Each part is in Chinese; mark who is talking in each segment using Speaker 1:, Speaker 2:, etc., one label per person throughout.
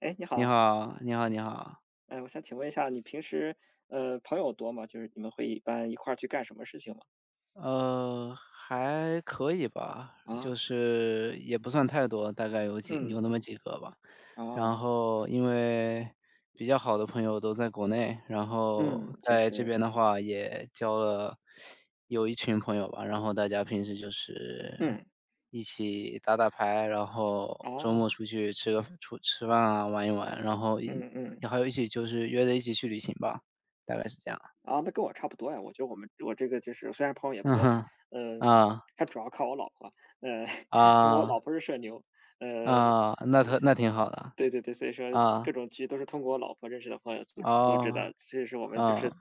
Speaker 1: 哎，你
Speaker 2: 你
Speaker 1: 好。
Speaker 2: 好，你好，你好。
Speaker 1: 哎，我想请问一下，你平时朋友多吗？就是你们会一般一块儿去干什么事情吗？
Speaker 2: 还可以吧，
Speaker 1: 啊。
Speaker 2: 就是也不算太多，大概有几
Speaker 1: 嗯。
Speaker 2: 有那么几个吧。
Speaker 1: 啊。
Speaker 2: 然后因为比较好的朋友都在国内，然后
Speaker 1: 嗯，确
Speaker 2: 在这
Speaker 1: 实。
Speaker 2: 边的话也交了有一群朋友吧，然后大家平时就是
Speaker 1: 嗯。
Speaker 2: 一起打打牌，然后周
Speaker 1: 哦。
Speaker 2: 末出去吃个出吃饭啊，玩一玩，然后一
Speaker 1: 嗯嗯。
Speaker 2: 还有一起就是约着一起去旅行吧，大概是这样。
Speaker 1: 啊，那跟我差不多呀。我觉得我这个就是虽然朋友也不
Speaker 2: 嗯
Speaker 1: 多，
Speaker 2: 哼。
Speaker 1: 嗯，
Speaker 2: 啊。
Speaker 1: 还主要靠我老婆。呃，因为我老
Speaker 2: 啊。
Speaker 1: 婆是社牛。呃，
Speaker 2: 啊，那他那挺好的。
Speaker 1: 对对对，所以说
Speaker 2: 啊。
Speaker 1: 各种局都是通过我老婆认识的朋友组织组织
Speaker 2: 哦。
Speaker 1: 的，所以我们就
Speaker 2: 嗯。
Speaker 1: 是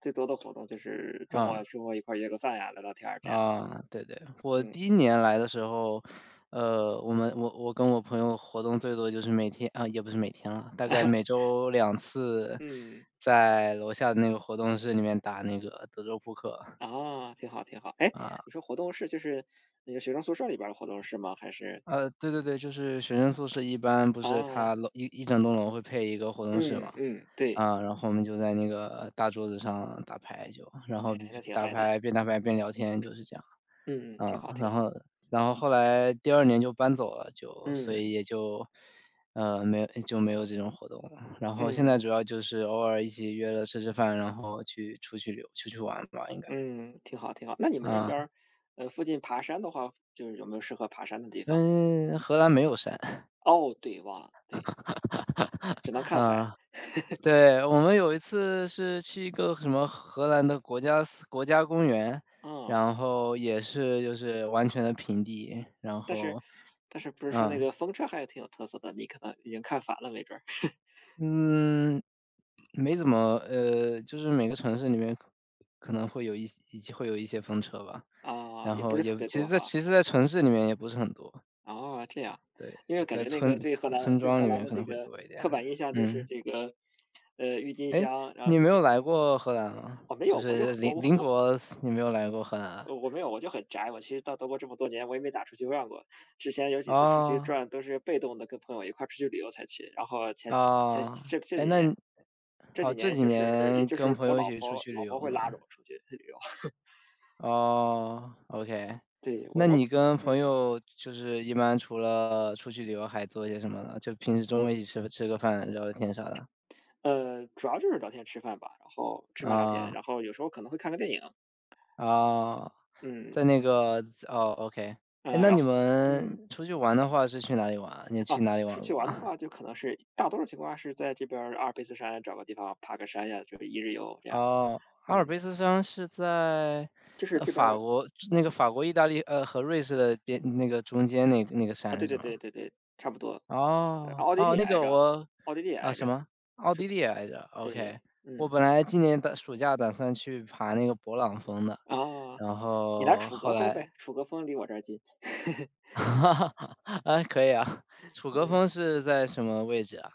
Speaker 1: 最多的活动就是周
Speaker 2: 嗯。
Speaker 1: 末周末一块儿约个饭呀，聊聊天儿这样。
Speaker 2: 啊，对对，我
Speaker 1: 嗯。
Speaker 2: 第一年来的时候，我跟我朋友活动最多就是每天啊，也不是每天了，大概每 周2次
Speaker 1: 嗯。
Speaker 2: 在楼下的那个活动室里面打那个德州扑克。
Speaker 1: 啊，挺好挺好。哎，
Speaker 2: 啊。
Speaker 1: 你说活动室就是那个学生宿舍里边儿的活动室吗？还是？
Speaker 2: 对对对，就是学生宿舍一般不是
Speaker 1: 啊，
Speaker 2: 它楼一一整栋楼会配一个活动室
Speaker 1: 嗯
Speaker 2: 嘛。
Speaker 1: 嗯，对。
Speaker 2: 啊，然后我们就在那个大桌子上打牌就，然
Speaker 1: 哎，
Speaker 2: 后
Speaker 1: 那挺
Speaker 2: 打
Speaker 1: 嗨的。
Speaker 2: 牌边打牌边聊天就是这样。
Speaker 1: 嗯，挺
Speaker 2: 啊，
Speaker 1: 好挺
Speaker 2: 然
Speaker 1: 好。
Speaker 2: 后然后后来第二年就搬走了，就所以
Speaker 1: 嗯
Speaker 2: 也就，没有这种活动了，然后现在
Speaker 1: 嗯。
Speaker 2: 主要就是偶尔一起约了吃吃饭，然后去出去溜出去玩吧应该。
Speaker 1: 嗯，挺好挺好。那你们那
Speaker 2: 啊。
Speaker 1: 边儿，附近爬山的话，就是有没有适合爬山的地方？
Speaker 2: 嗯，荷兰没有山。
Speaker 1: 哦，对，忘了，对，只能 看海。
Speaker 2: 啊。对，我们有一次是去一个什么荷兰的国家公园，
Speaker 1: 嗯，
Speaker 2: 然后也是就是完全的平地，然
Speaker 1: 但是
Speaker 2: 后，
Speaker 1: 但是不是说那
Speaker 2: 嗯
Speaker 1: 个风车还挺有特色的，你可能已经看烦了没准儿。
Speaker 2: 嗯，没怎么呃，就是每个城市里面可能会有一些风车吧，
Speaker 1: 啊，
Speaker 2: 然
Speaker 1: 也不
Speaker 2: 后
Speaker 1: 是特
Speaker 2: 也
Speaker 1: 别
Speaker 2: 其实
Speaker 1: 多
Speaker 2: 在，
Speaker 1: 哈。
Speaker 2: 其实，在城市里面也不是很多，
Speaker 1: 哦，这样。因为感
Speaker 2: 在
Speaker 1: 觉那个
Speaker 2: 村
Speaker 1: 对荷兰
Speaker 2: 村
Speaker 1: 对
Speaker 2: 庄
Speaker 1: 荷
Speaker 2: 里
Speaker 1: 兰
Speaker 2: 面
Speaker 1: 的
Speaker 2: 可
Speaker 1: 这
Speaker 2: 能会
Speaker 1: 个
Speaker 2: 多一点。
Speaker 1: 刻板印象就是
Speaker 2: 嗯。
Speaker 1: 这个，郁金
Speaker 2: 哎，
Speaker 1: 香，然后
Speaker 2: 你
Speaker 1: 这
Speaker 2: 没
Speaker 1: 个
Speaker 2: 有来过荷兰吗？
Speaker 1: 哦。没有，
Speaker 2: 就
Speaker 1: 我就
Speaker 2: 是
Speaker 1: 我
Speaker 2: 邻
Speaker 1: 我
Speaker 2: 邻
Speaker 1: 我
Speaker 2: 国，你没有来过荷兰啊？
Speaker 1: 呃我没有，我就很宅。我其实到德国这么多年，我也没咋出去转过。之前有几次出去
Speaker 2: 哦，
Speaker 1: 转都是被动的，跟朋友一块儿出去旅游才去。然后前前
Speaker 2: 哦。
Speaker 1: 这这
Speaker 2: 哎，
Speaker 1: 几
Speaker 2: 那
Speaker 1: 年，
Speaker 2: 你
Speaker 1: 这几
Speaker 2: 哦，这
Speaker 1: 年
Speaker 2: 几
Speaker 1: 就是也
Speaker 2: 年
Speaker 1: 就
Speaker 2: 跟
Speaker 1: 是
Speaker 2: 朋
Speaker 1: 我
Speaker 2: 友一
Speaker 1: 老
Speaker 2: 起出
Speaker 1: 婆
Speaker 2: 去
Speaker 1: 老
Speaker 2: 旅
Speaker 1: 婆
Speaker 2: 游
Speaker 1: 会拉着
Speaker 2: 吗？
Speaker 1: 我出去旅游。
Speaker 2: 哦，OK。
Speaker 1: 对。我
Speaker 2: 那
Speaker 1: 我
Speaker 2: 你跟朋
Speaker 1: 嗯
Speaker 2: 友就是一般除了出去旅游还做些什么呢？就平时中午一起吃个饭、聊聊天啥的。
Speaker 1: 呃，主要就是聊天吃饭吧，然后吃饭聊天，
Speaker 2: 啊。
Speaker 1: 然后有时候可能会看个电影。
Speaker 2: 啊，
Speaker 1: 嗯。
Speaker 2: 在那个哦，OK。哎，
Speaker 1: 嗯，
Speaker 2: 那
Speaker 1: 然
Speaker 2: 你
Speaker 1: 后，嗯。
Speaker 2: 们出去玩的话是去哪里玩啊？你
Speaker 1: 啊，
Speaker 2: 去哪里
Speaker 1: 出
Speaker 2: 玩
Speaker 1: 去
Speaker 2: 过
Speaker 1: 玩的
Speaker 2: 啊？
Speaker 1: 话，就可能是大多数情况下是在这边儿阿尔卑斯山找个地方爬个山呀，就是一日游这样。
Speaker 2: 哦，阿尔
Speaker 1: 嗯，
Speaker 2: 卑斯山是在，
Speaker 1: 就是这边
Speaker 2: 法
Speaker 1: 儿。
Speaker 2: 国那个法国、意大利，和瑞士的边那个中间那那个
Speaker 1: 啊，
Speaker 2: 山
Speaker 1: 对
Speaker 2: 是
Speaker 1: 对
Speaker 2: 吗？
Speaker 1: 对对对，差不多。
Speaker 2: 哦，
Speaker 1: 奥地
Speaker 2: 哦，
Speaker 1: 利
Speaker 2: 那
Speaker 1: 挨
Speaker 2: 个
Speaker 1: 着，
Speaker 2: 我
Speaker 1: 奥地利
Speaker 2: 啊，
Speaker 1: 挨
Speaker 2: 什
Speaker 1: 着，
Speaker 2: 么？奥地利来着
Speaker 1: 对。
Speaker 2: ，OK。我
Speaker 1: 嗯。
Speaker 2: 本来今年的暑假打算去爬那个勃朗峰的，
Speaker 1: 啊，
Speaker 2: 然
Speaker 1: 你来
Speaker 2: 后
Speaker 1: 楚
Speaker 2: 后
Speaker 1: 格峰
Speaker 2: 来。
Speaker 1: 呗，楚格峰离我这儿近。
Speaker 2: 啊，可以啊。楚格
Speaker 1: 嗯，
Speaker 2: 峰是在什么位置啊？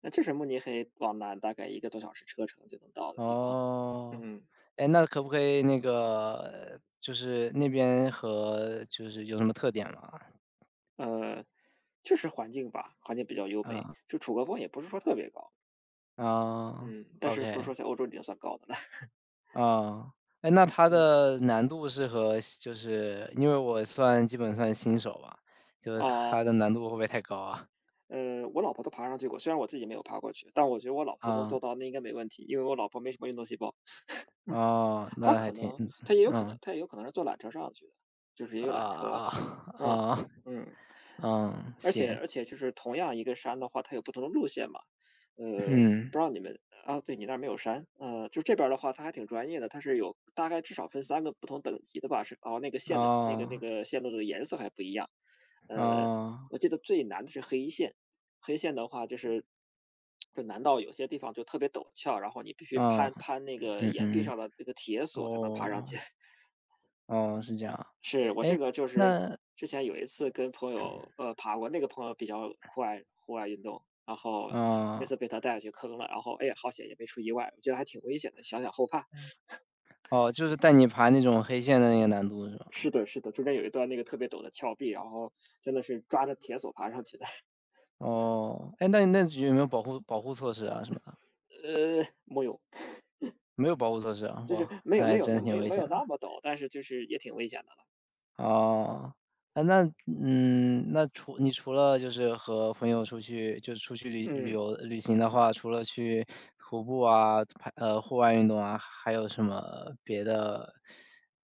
Speaker 1: 那就是慕尼黑往南大概一个多小时车程就能到的地方。
Speaker 2: 哦。
Speaker 1: 嗯。
Speaker 2: 哎，那可不可以那个就是那边和就是有什么特点吗？
Speaker 1: 呃，确实环境吧，环境比较优美，
Speaker 2: 嗯。
Speaker 1: 就楚格峰也不是说特别高。
Speaker 2: 啊
Speaker 1: 嗯，但
Speaker 2: o
Speaker 1: 是不是
Speaker 2: k
Speaker 1: 说在欧洲已经算高的了。
Speaker 2: 啊，哎，那它
Speaker 1: 嗯。
Speaker 2: 的难度是和就是因为我算基本算新手吧，就是
Speaker 1: 啊。
Speaker 2: 它的难度会不会太高啊？
Speaker 1: 我老婆都爬上去过，虽然我自己没有爬过去，但我觉得我老婆都能
Speaker 2: 啊。
Speaker 1: 做到，那应该没问题，因为我老婆没什么运动细胞。
Speaker 2: 哦，
Speaker 1: 她
Speaker 2: 那还
Speaker 1: 可
Speaker 2: 挺，
Speaker 1: 能，
Speaker 2: 嗯
Speaker 1: 她也有可能，
Speaker 2: 嗯。
Speaker 1: 她也有可能是坐缆车上去的，就是也有缆车。
Speaker 2: 啊啊
Speaker 1: 嗯。
Speaker 2: 啊。
Speaker 1: 嗯。
Speaker 2: 嗯，
Speaker 1: 而且
Speaker 2: 行。
Speaker 1: 而且就是同样一个山的话，它有不同的路线嘛。呃，不
Speaker 2: 嗯。
Speaker 1: 知道你们啊，对，你那儿没有山。就这边儿的话，它还挺专业的，它是有大概至少分三个不同等级的吧，是哦，那个线的那个那
Speaker 2: 啊
Speaker 1: 个线路的颜色还不一样。呃，
Speaker 2: 啊
Speaker 1: 我记得最难的是黑线，黑线的话就是就难到有些地方就特别陡峭，然后你必须
Speaker 2: 哦。
Speaker 1: 攀攀那个
Speaker 2: 嗯
Speaker 1: 岩壁
Speaker 2: 嗯。
Speaker 1: 上的那个铁索才能爬上
Speaker 2: 哦
Speaker 1: 去。
Speaker 2: 哦，是这样啊。
Speaker 1: 是，我这
Speaker 2: 哎，
Speaker 1: 个就是
Speaker 2: 那，
Speaker 1: 之前有一次跟朋友，爬过，那个朋友比较酷爱户外运动，然后那
Speaker 2: 啊
Speaker 1: 次被他带去坑了，然后哎呀，好险也没出意外，我觉得还挺危险的，想想后怕。
Speaker 2: 哦，就是带你爬那种黑线的那个难度是吧？
Speaker 1: 是的，是的，中间有一段那个特别陡的峭壁，然后真的是抓着铁索爬上去的。
Speaker 2: 哦。哎，那那有没有保护措施啊什么的？
Speaker 1: 没有，
Speaker 2: 没有保护措施啊，
Speaker 1: 就是
Speaker 2: 哇，那还真挺危
Speaker 1: 没
Speaker 2: 险
Speaker 1: 有
Speaker 2: 的。
Speaker 1: 那么陡，但是就是也挺危险的了。
Speaker 2: 哦。啊，那嗯，那除了就是和朋友出去，就出去
Speaker 1: 嗯
Speaker 2: 旅行的话，除了去徒步啊，户外运动啊，还有什么别的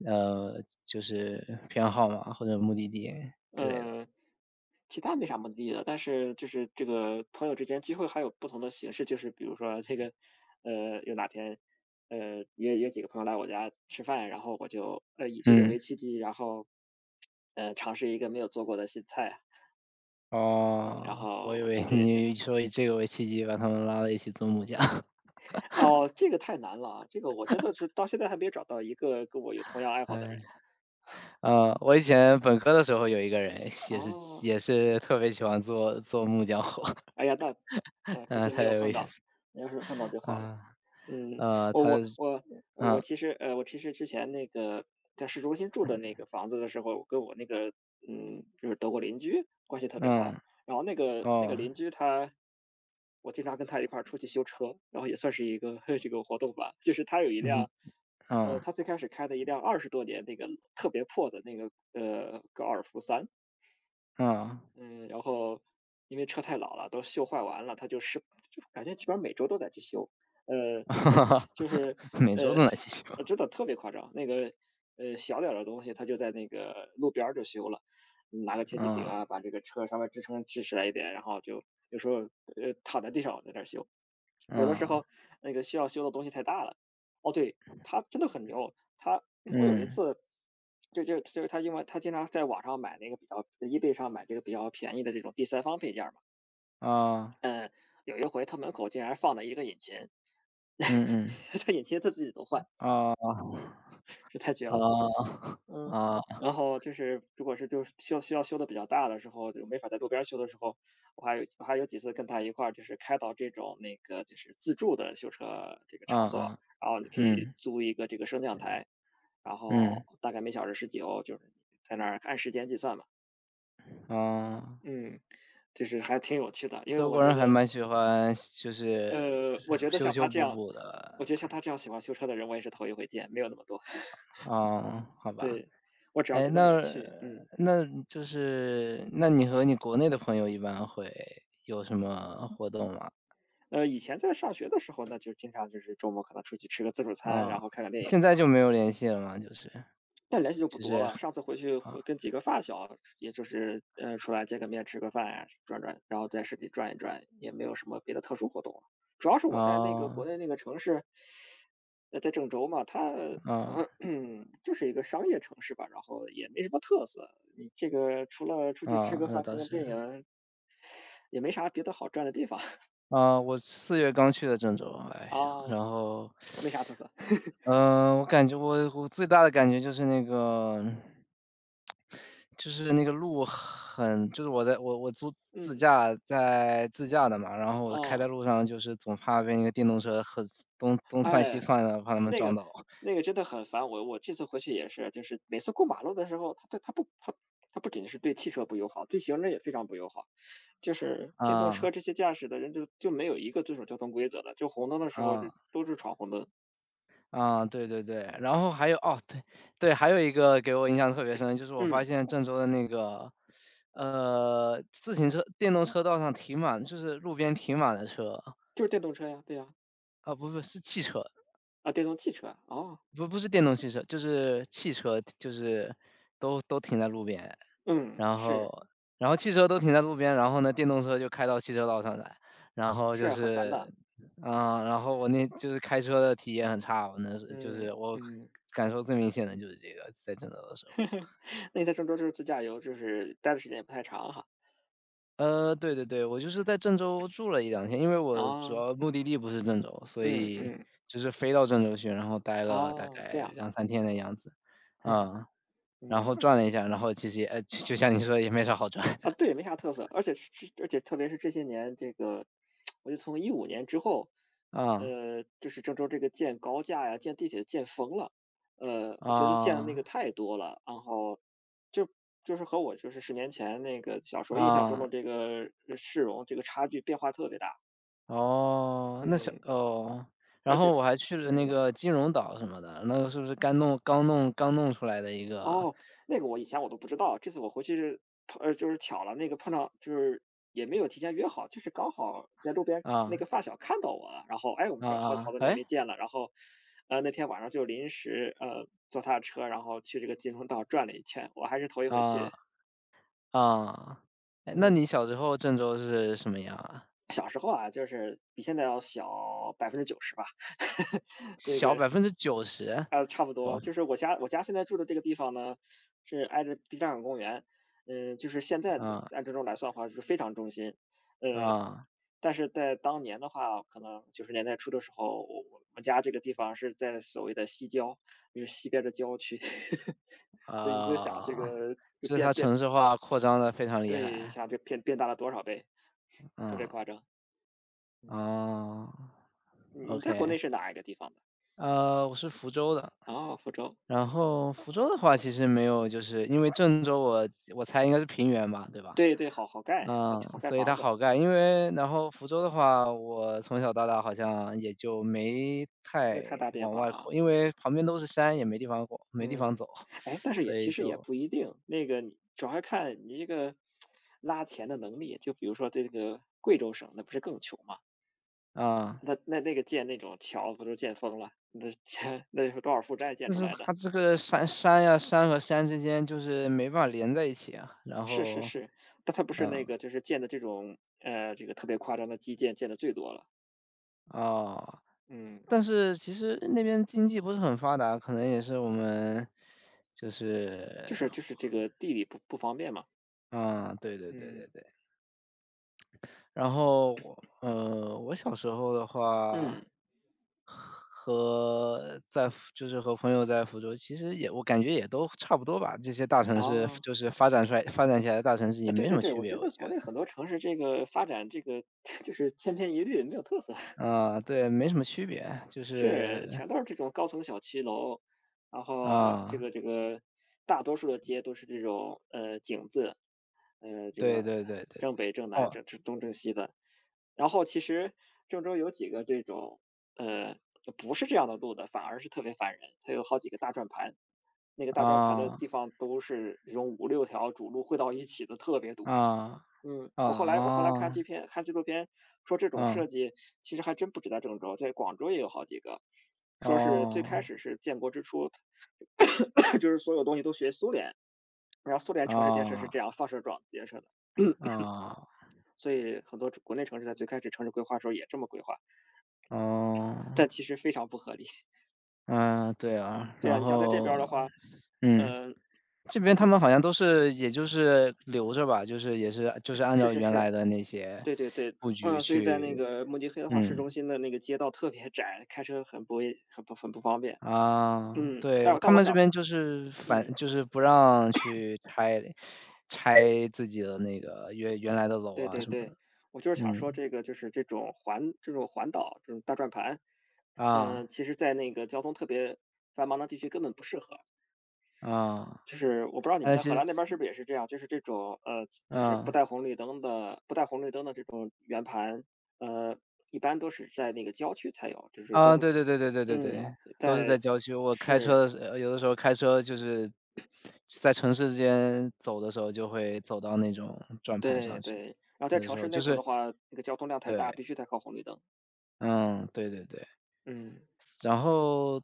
Speaker 2: 呃，就是偏好吗？或者目的地之类的？
Speaker 1: 嗯。其他没啥目的地的，但是就是这个朋友之间聚会还有不同的形式，就是比如说这个，有哪天，约约几个朋友来我家吃饭，然后我就以这个
Speaker 2: 嗯。
Speaker 1: 为契机，然后尝试一个没有做过的新菜。嗯，然
Speaker 2: 哦，
Speaker 1: 后
Speaker 2: 我以
Speaker 1: 我觉得
Speaker 2: 为
Speaker 1: 这也挺
Speaker 2: 你说以这个为契机，把他们拉到一起做木匠。
Speaker 1: 哦，这个太难了啊，这个我真的是到现在还没有找到一个跟我有 同样爱好的
Speaker 2: 哎。
Speaker 1: 人
Speaker 2: 我以前本科的时候有一个人也是
Speaker 1: 哦。
Speaker 2: 特别喜欢做木匠活。
Speaker 1: 哎呀，那 哎可
Speaker 2: 嗯，
Speaker 1: 惜没
Speaker 2: 他
Speaker 1: 有
Speaker 2: 有
Speaker 1: 碰
Speaker 2: 一
Speaker 1: 到，要是碰到就好了。
Speaker 2: 嗯，
Speaker 1: 嗯。我
Speaker 2: 他
Speaker 1: 我我我
Speaker 2: 嗯，
Speaker 1: 其实呃，我其实之前那个在市中心住的那个房子的时候，我跟我那个就是德国邻居关系特别好。
Speaker 2: 嗯，
Speaker 1: 然后那个
Speaker 2: 哦，
Speaker 1: 邻居他，我经常跟他一块儿出去修车，然后也算是一个 这个活动吧。就是他有一
Speaker 2: 嗯，
Speaker 1: 辆，
Speaker 2: 嗯，
Speaker 1: 他最开始开的一辆20多年那个特别破的那个高尔夫三。
Speaker 2: 嗯。
Speaker 1: 嗯。然后因为车太老了，都锈坏完了，他就是就感觉基本上每周都得去修。呃，就是，
Speaker 2: 每周
Speaker 1: 呃，
Speaker 2: 都来进行。
Speaker 1: 真的特别夸张。那个，小点儿的东西，他就在那个路边儿就修了，拿个千斤顶
Speaker 2: 嗯。
Speaker 1: 啊，把这个车稍微支撑支持来一点，然后就有时候躺在地上在那儿修，有的时候
Speaker 2: 嗯。
Speaker 1: 那个需要修的东西太大了。哦，对，他真的很牛。他 我有一
Speaker 2: 嗯。
Speaker 1: 次，就是他因为他经常在网上买那个比较在 eBay 上买这个比较便宜的这种第三方配件儿嘛。
Speaker 2: 哦。
Speaker 1: 嗯，有一回他门口竟然放了一个引擎。
Speaker 2: 嗯嗯。
Speaker 1: 他引擎他自己都换。
Speaker 2: 啊
Speaker 1: 是太绝了。嗯。然后就是如果是就是需要修的比较大的时候，就没法在路边儿修的时候，我还有几次跟他一块儿就是开到这种那个就是自助的修车
Speaker 2: 嗯嗯。嗯。嗯。
Speaker 1: 这个
Speaker 2: 啊啊
Speaker 1: 场
Speaker 2: 啊
Speaker 1: 所，然后你
Speaker 2: 啊
Speaker 1: 可以
Speaker 2: 嗯
Speaker 1: 租一个这个升降台，然
Speaker 2: 嗯
Speaker 1: 后大概每小时十几欧，就是在那儿按时间计算嘛。
Speaker 2: 嗯啊，
Speaker 1: 嗯，就是还挺有趣的，因为
Speaker 2: 德
Speaker 1: 我
Speaker 2: 国
Speaker 1: 觉
Speaker 2: 人还
Speaker 1: 得，
Speaker 2: 蛮喜欢就是
Speaker 1: 呃，我觉得
Speaker 2: 修
Speaker 1: 像
Speaker 2: 修
Speaker 1: 他这
Speaker 2: 补
Speaker 1: 样
Speaker 2: 补
Speaker 1: 我
Speaker 2: 的。
Speaker 1: 觉得像他这样喜欢修车的人，我也是头一回见，没有那么多。
Speaker 2: 哦，好吧。
Speaker 1: 对，我只要
Speaker 2: 哎，
Speaker 1: 觉得有
Speaker 2: 那
Speaker 1: 趣。嗯。
Speaker 2: 那就是那你和你国内的朋友一般会有什么活动吗？
Speaker 1: 以前在上学的时候呢，就经常就是周末可能出去吃个自助餐，
Speaker 2: 啊，
Speaker 1: 然后看看电影
Speaker 2: 现
Speaker 1: 什
Speaker 2: 在
Speaker 1: 么
Speaker 2: 就
Speaker 1: 的，
Speaker 2: 没有联系了吗？就是
Speaker 1: 但联系就不
Speaker 2: 就
Speaker 1: 多
Speaker 2: 是
Speaker 1: 了。上次回去
Speaker 2: 啊。
Speaker 1: 回跟几个发小，也就是出来见个面、吃个饭呀、转转，然后在市里转一转，也没有什么别的特殊活动了。主要是
Speaker 2: 啊。
Speaker 1: 我在那个国
Speaker 2: 啊。
Speaker 1: 内那个城市，在郑州嘛，它
Speaker 2: 啊。
Speaker 1: 呃 就是一个商业城市吧，然后也没什么特色。你这个除了出去吃
Speaker 2: 哦
Speaker 1: 个
Speaker 2: 那
Speaker 1: 饭、看
Speaker 2: 倒
Speaker 1: 看电
Speaker 2: 是。
Speaker 1: 影，也没啥别的好转的地方
Speaker 2: 啊，我四月刚去的郑州，哎，
Speaker 1: 啊，
Speaker 2: 然后
Speaker 1: 没啥特色。
Speaker 2: 我感觉我最大的感觉就是那个就是那个路很就是我租自
Speaker 1: 嗯。
Speaker 2: 驾自驾的嘛，然后我开
Speaker 1: 啊、
Speaker 2: 在路上就是总怕被那个电动车东窜西
Speaker 1: 哎，
Speaker 2: 窜的，怕他们
Speaker 1: 那
Speaker 2: 撞
Speaker 1: 个
Speaker 2: 到。
Speaker 1: 那个真的很烦我。我这次回去也是，就是每次过马路的时候，他对他不他他不仅是对汽车不友好，对行人也非常不友好。就是电动车
Speaker 2: 啊。
Speaker 1: 这些驾驶的人就没有一个遵守交通规则的，就红灯的时候就
Speaker 2: 啊。
Speaker 1: 都是闯红灯。
Speaker 2: 啊，对对对。然后还有哦，对。对，还有一个给我印象特别深，就是我
Speaker 1: 嗯，
Speaker 2: 发现郑州的那个，自行车电动车道上就是路边停满了车。
Speaker 1: 就是电动车呀，对呀。
Speaker 2: 啊，不不，是汽车。
Speaker 1: 啊，电动汽车啊哦。
Speaker 2: 不不是电动汽车，就是汽车，就是都停在路边，
Speaker 1: 嗯，
Speaker 2: 然后
Speaker 1: 是
Speaker 2: 然后汽车都停在路边，然后呢，电动车就开到汽车道上来，然后就
Speaker 1: 是很烦的。
Speaker 2: 是，啊，然后我那就是开车的体验很差，我那是就
Speaker 1: 嗯
Speaker 2: 是我
Speaker 1: 嗯，
Speaker 2: 感受最明显的就是这个，在郑州的时候。
Speaker 1: 那你在郑州就是自驾游，就是待的时间也不太长哈。
Speaker 2: 对对对，我就是在郑州住了一两天，因为我主
Speaker 1: 啊，
Speaker 2: 要目的地不是郑州，所
Speaker 1: 嗯
Speaker 2: 以
Speaker 1: 嗯，
Speaker 2: 就是飞到郑州去，然后待了大
Speaker 1: 哦，这
Speaker 2: 概
Speaker 1: 样。
Speaker 2: 两三天的样子。啊。然
Speaker 1: 嗯。
Speaker 2: 后转了一下，然后其实也就像你说的也没啥好转。
Speaker 1: 啊，对，没啥特色。而且特别是这些年，这个 我就从15年之后，
Speaker 2: 啊。
Speaker 1: 就是郑州这个建高架呀、建地铁建疯了。我觉得建的那个
Speaker 2: 啊。
Speaker 1: 太多了，然后就是和我就是10年前那个小时候印象中的
Speaker 2: 啊。
Speaker 1: 这个市容，这个差距变化特别大。
Speaker 2: 哦，那小
Speaker 1: 嗯。
Speaker 2: 哦，
Speaker 1: 而
Speaker 2: 然后
Speaker 1: 且
Speaker 2: 我还去了那
Speaker 1: 嗯。
Speaker 2: 个金融岛什么的，那个是不是刚弄出来的一个
Speaker 1: 哦，那个我以前我都不知道，这次我回去是就是巧了，那个碰到就是也没有提前约好，就是刚好在路边那
Speaker 2: 啊。
Speaker 1: 个发小看到我了。然后哎，我们
Speaker 2: 啊
Speaker 1: 说好好
Speaker 2: 啊。
Speaker 1: 多年
Speaker 2: 哎
Speaker 1: 没见了。然后那天晚上就临时坐他的车，然后去这个金钟道转了一圈，我还是头一回
Speaker 2: 啊。
Speaker 1: 去。
Speaker 2: 啊。诶，那
Speaker 1: 嗯，
Speaker 2: 你小时候郑州是什么样啊？
Speaker 1: 小时候啊，就是比现在要小90%吧。那
Speaker 2: 小
Speaker 1: 个
Speaker 2: 90%？
Speaker 1: 啊，差不多，
Speaker 2: 哦。
Speaker 1: 就是我家现在住的这个地方呢，是挨着 B 站港公园。嗯，就是现在是
Speaker 2: 啊。
Speaker 1: 按这种来算的话，就是非常中心。呃，
Speaker 2: 啊。
Speaker 1: 但是在当年的话，可能90年代初的时候，我们家这个地方是在所谓的西郊，因为西边的郊区。所以你就想这
Speaker 2: 啊。
Speaker 1: 个就
Speaker 2: 就是
Speaker 1: 变
Speaker 2: 它
Speaker 1: 变，
Speaker 2: 城市化扩张的非常厉
Speaker 1: 对，你
Speaker 2: 害。
Speaker 1: 想这变大了多少倍，特别
Speaker 2: 嗯。
Speaker 1: 夸张。嗯，
Speaker 2: 哦。
Speaker 1: 你在国内
Speaker 2: OK。
Speaker 1: 是哪一个地方的？
Speaker 2: 我是福州的，
Speaker 1: 哦，福州。
Speaker 2: 然后福州的话其实没有，就是因为郑州我我猜应该是平原吧，对吧？
Speaker 1: 对对，好好盖，好
Speaker 2: 嗯，
Speaker 1: 好盖
Speaker 2: 所以
Speaker 1: 房
Speaker 2: 它
Speaker 1: 子。
Speaker 2: 好盖，因为然后福州的话，我从小到大好像也就没
Speaker 1: 没
Speaker 2: 太
Speaker 1: 有太大变
Speaker 2: 往
Speaker 1: 化
Speaker 2: 外
Speaker 1: 哈。
Speaker 2: 扩，因为旁边都是山，也没地方过，没地方
Speaker 1: 嗯，
Speaker 2: 走，
Speaker 1: 哎，但是也
Speaker 2: 所
Speaker 1: 其
Speaker 2: 以
Speaker 1: 实也
Speaker 2: 就
Speaker 1: 不一定。那个你主要看你这个拉钱的能力。就比如说这个贵州省，那不是更穷吗？
Speaker 2: 啊，
Speaker 1: 那那个建那种桥不都建疯了？那 那是多少负债建
Speaker 2: 但
Speaker 1: 出
Speaker 2: 是
Speaker 1: 来的？
Speaker 2: 它这个山呀、山和山之间就是没办法连在一起啊，然
Speaker 1: 是是
Speaker 2: 后
Speaker 1: 是。但它不是那
Speaker 2: 嗯，
Speaker 1: 个就是建的这种这个特别夸张的基建建的最多了。
Speaker 2: 哦，
Speaker 1: 嗯，
Speaker 2: 但是其实那边经济不是很发达，可能也是我们就
Speaker 1: 就
Speaker 2: 是
Speaker 1: 是就是这个地理不方便嘛。
Speaker 2: 啊，对对对
Speaker 1: 嗯
Speaker 2: 对对。然后我小时候的话，
Speaker 1: 嗯。
Speaker 2: 和就是和朋友在福州，其实也我感觉也都差不多吧。这些大城市
Speaker 1: 哦。
Speaker 2: 就是发展起来的大城市也
Speaker 1: 啊，对
Speaker 2: 没什
Speaker 1: 对
Speaker 2: 么
Speaker 1: 对，
Speaker 2: 区
Speaker 1: 我
Speaker 2: 别，
Speaker 1: 觉
Speaker 2: 我
Speaker 1: 得
Speaker 2: 觉
Speaker 1: 国
Speaker 2: 得。
Speaker 1: 内很多城市这个发展这个 就是千篇一律，没有特色。
Speaker 2: 啊，对，没什么区别，就
Speaker 1: 是，
Speaker 2: 是
Speaker 1: 全都是这种高层小区楼，然后这
Speaker 2: 啊，
Speaker 1: 个这个大多数的街都是这种井字。呃这
Speaker 2: 对
Speaker 1: 个
Speaker 2: 对对对对。
Speaker 1: 正北、正南、
Speaker 2: 哦。
Speaker 1: 正东、正西的。然后其实郑州有几个这种呃不是这样的路的，反而是特别烦人。它有好几个大转盘，那个大转盘的
Speaker 2: 啊。
Speaker 1: 地方都是这种五六条主路汇到一起的，特别堵。
Speaker 2: 啊。
Speaker 1: 嗯，
Speaker 2: 啊。
Speaker 1: 我后来看
Speaker 2: 啊。
Speaker 1: 纪录片，说这种设
Speaker 2: 嗯。
Speaker 1: 计其实还真不止在郑州，在广州也有好几个。说是最开
Speaker 2: 哦。
Speaker 1: 始是建国之初，就是所有东西都学苏联，然后苏联城市建设是
Speaker 2: 哦。
Speaker 1: 这样放射状建设的。
Speaker 2: 哦。
Speaker 1: 所以很多国内城市在最开始城市规划的时候也这么规划，
Speaker 2: 哦。
Speaker 1: 但其实非常不合理。
Speaker 2: 嗯，对啊，
Speaker 1: 对啊，
Speaker 2: 然
Speaker 1: 你像在这边
Speaker 2: 后
Speaker 1: 儿的话，
Speaker 2: 嗯，
Speaker 1: 嗯，
Speaker 2: 这
Speaker 1: 我
Speaker 2: 边
Speaker 1: 不
Speaker 2: 他
Speaker 1: 是，
Speaker 2: 们好像都是也就是留着吧，就是也是就是按
Speaker 1: 是
Speaker 2: 照
Speaker 1: 是
Speaker 2: 原
Speaker 1: 是，
Speaker 2: 来的那些
Speaker 1: 对对对。
Speaker 2: 布局
Speaker 1: 嗯，所以在那
Speaker 2: 去
Speaker 1: 个慕尼黑的话，市
Speaker 2: 嗯，
Speaker 1: 中心的那个街道特别窄，开车很不卫很不很不方便。
Speaker 2: 啊，
Speaker 1: 嗯，
Speaker 2: 对，
Speaker 1: 但
Speaker 2: 他
Speaker 1: 但我
Speaker 2: 们这
Speaker 1: 想说。
Speaker 2: 边就是
Speaker 1: 嗯，
Speaker 2: 反就是不让去拆自己的那个原来的楼
Speaker 1: 对
Speaker 2: 啊
Speaker 1: 对
Speaker 2: 什么的。
Speaker 1: 对，我就是想
Speaker 2: 嗯。
Speaker 1: 说这个就是这种环岛这种大转盘。嗯，
Speaker 2: 啊。
Speaker 1: 其实在那个交通特别繁忙的地区根本不适合。
Speaker 2: 啊，
Speaker 1: 就是我不知道你们
Speaker 2: 但
Speaker 1: 在荷
Speaker 2: 是
Speaker 1: 兰
Speaker 2: 其
Speaker 1: 那边儿是
Speaker 2: 实
Speaker 1: 不是也是这样，就是这种就是
Speaker 2: 啊。
Speaker 1: 不带
Speaker 2: 嗯
Speaker 1: 红绿灯的不带红绿灯的这种圆盘。呃，一般都是在那个郊区才有，就是交
Speaker 2: 啊，
Speaker 1: 通
Speaker 2: 对对对对对对对，
Speaker 1: 嗯，
Speaker 2: 嗯都是
Speaker 1: 在
Speaker 2: 在郊区。我开车
Speaker 1: 是，
Speaker 2: 的时候有的时候开车就是在城市之间走的时候，就会走到那种转盘
Speaker 1: 对
Speaker 2: 上去。
Speaker 1: 对。然后在
Speaker 2: 有的
Speaker 1: 城
Speaker 2: 时
Speaker 1: 市
Speaker 2: 候
Speaker 1: 内
Speaker 2: 就
Speaker 1: 部
Speaker 2: 是
Speaker 1: 的话，那个交通量太大，
Speaker 2: 对，
Speaker 1: 必须得靠红绿灯。
Speaker 2: 嗯，对对对。
Speaker 1: 嗯
Speaker 2: 然后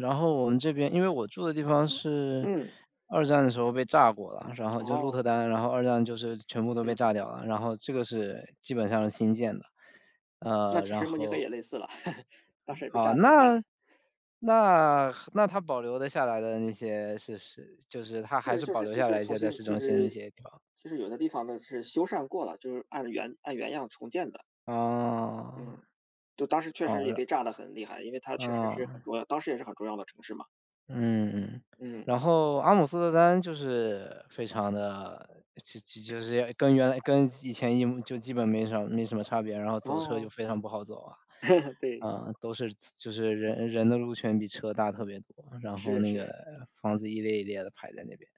Speaker 2: 然后我们这边因为我住的地方是
Speaker 1: 嗯。
Speaker 2: 二战的时候被炸过了，然后就鹿特
Speaker 1: 哦。
Speaker 2: 丹，然后二战就是全部都被
Speaker 1: 嗯，
Speaker 2: 炸掉了，然后这个是基本上是新建的。
Speaker 1: 那其
Speaker 2: 然
Speaker 1: 实慕尼黑
Speaker 2: 后
Speaker 1: 也类似了。当时也被炸
Speaker 2: 哦，
Speaker 1: 得挺惨的。
Speaker 2: 那那那它保留的下来的那些是是就是它
Speaker 1: 就
Speaker 2: 还
Speaker 1: 是
Speaker 2: 是
Speaker 1: 就
Speaker 2: 保
Speaker 1: 是
Speaker 2: 留
Speaker 1: 就
Speaker 2: 下
Speaker 1: 是
Speaker 2: 来一
Speaker 1: 重
Speaker 2: 些在
Speaker 1: 新
Speaker 2: 市
Speaker 1: 就
Speaker 2: 中心的
Speaker 1: 是
Speaker 2: 那些地方。
Speaker 1: 就是有的地方呢是修缮过了，就是按原样重建的。
Speaker 2: 哦，
Speaker 1: 嗯，就当时确实
Speaker 2: 哦，
Speaker 1: 也
Speaker 2: 然
Speaker 1: 被炸得很厉害，因为它确实
Speaker 2: 哦。
Speaker 1: 是很重要，当时也是很重要的城市嘛。
Speaker 2: 嗯。
Speaker 1: 嗯，
Speaker 2: 然后阿姆斯特丹就是非常的，就是跟原来跟以前就基本没什么差别，然后
Speaker 1: 然
Speaker 2: 走车就
Speaker 1: 后
Speaker 2: 非常不好走啊。
Speaker 1: 对，
Speaker 2: 嗯，都是就是人的路权比车大特别多，然后
Speaker 1: 是
Speaker 2: 那个
Speaker 1: 是，
Speaker 2: 房子一列一列的排在那边。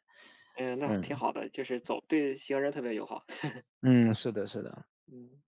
Speaker 1: 嗯，那
Speaker 2: 嗯。
Speaker 1: 挺好的，就是走对行人特别友好。
Speaker 2: 嗯，是的是的。
Speaker 1: 嗯。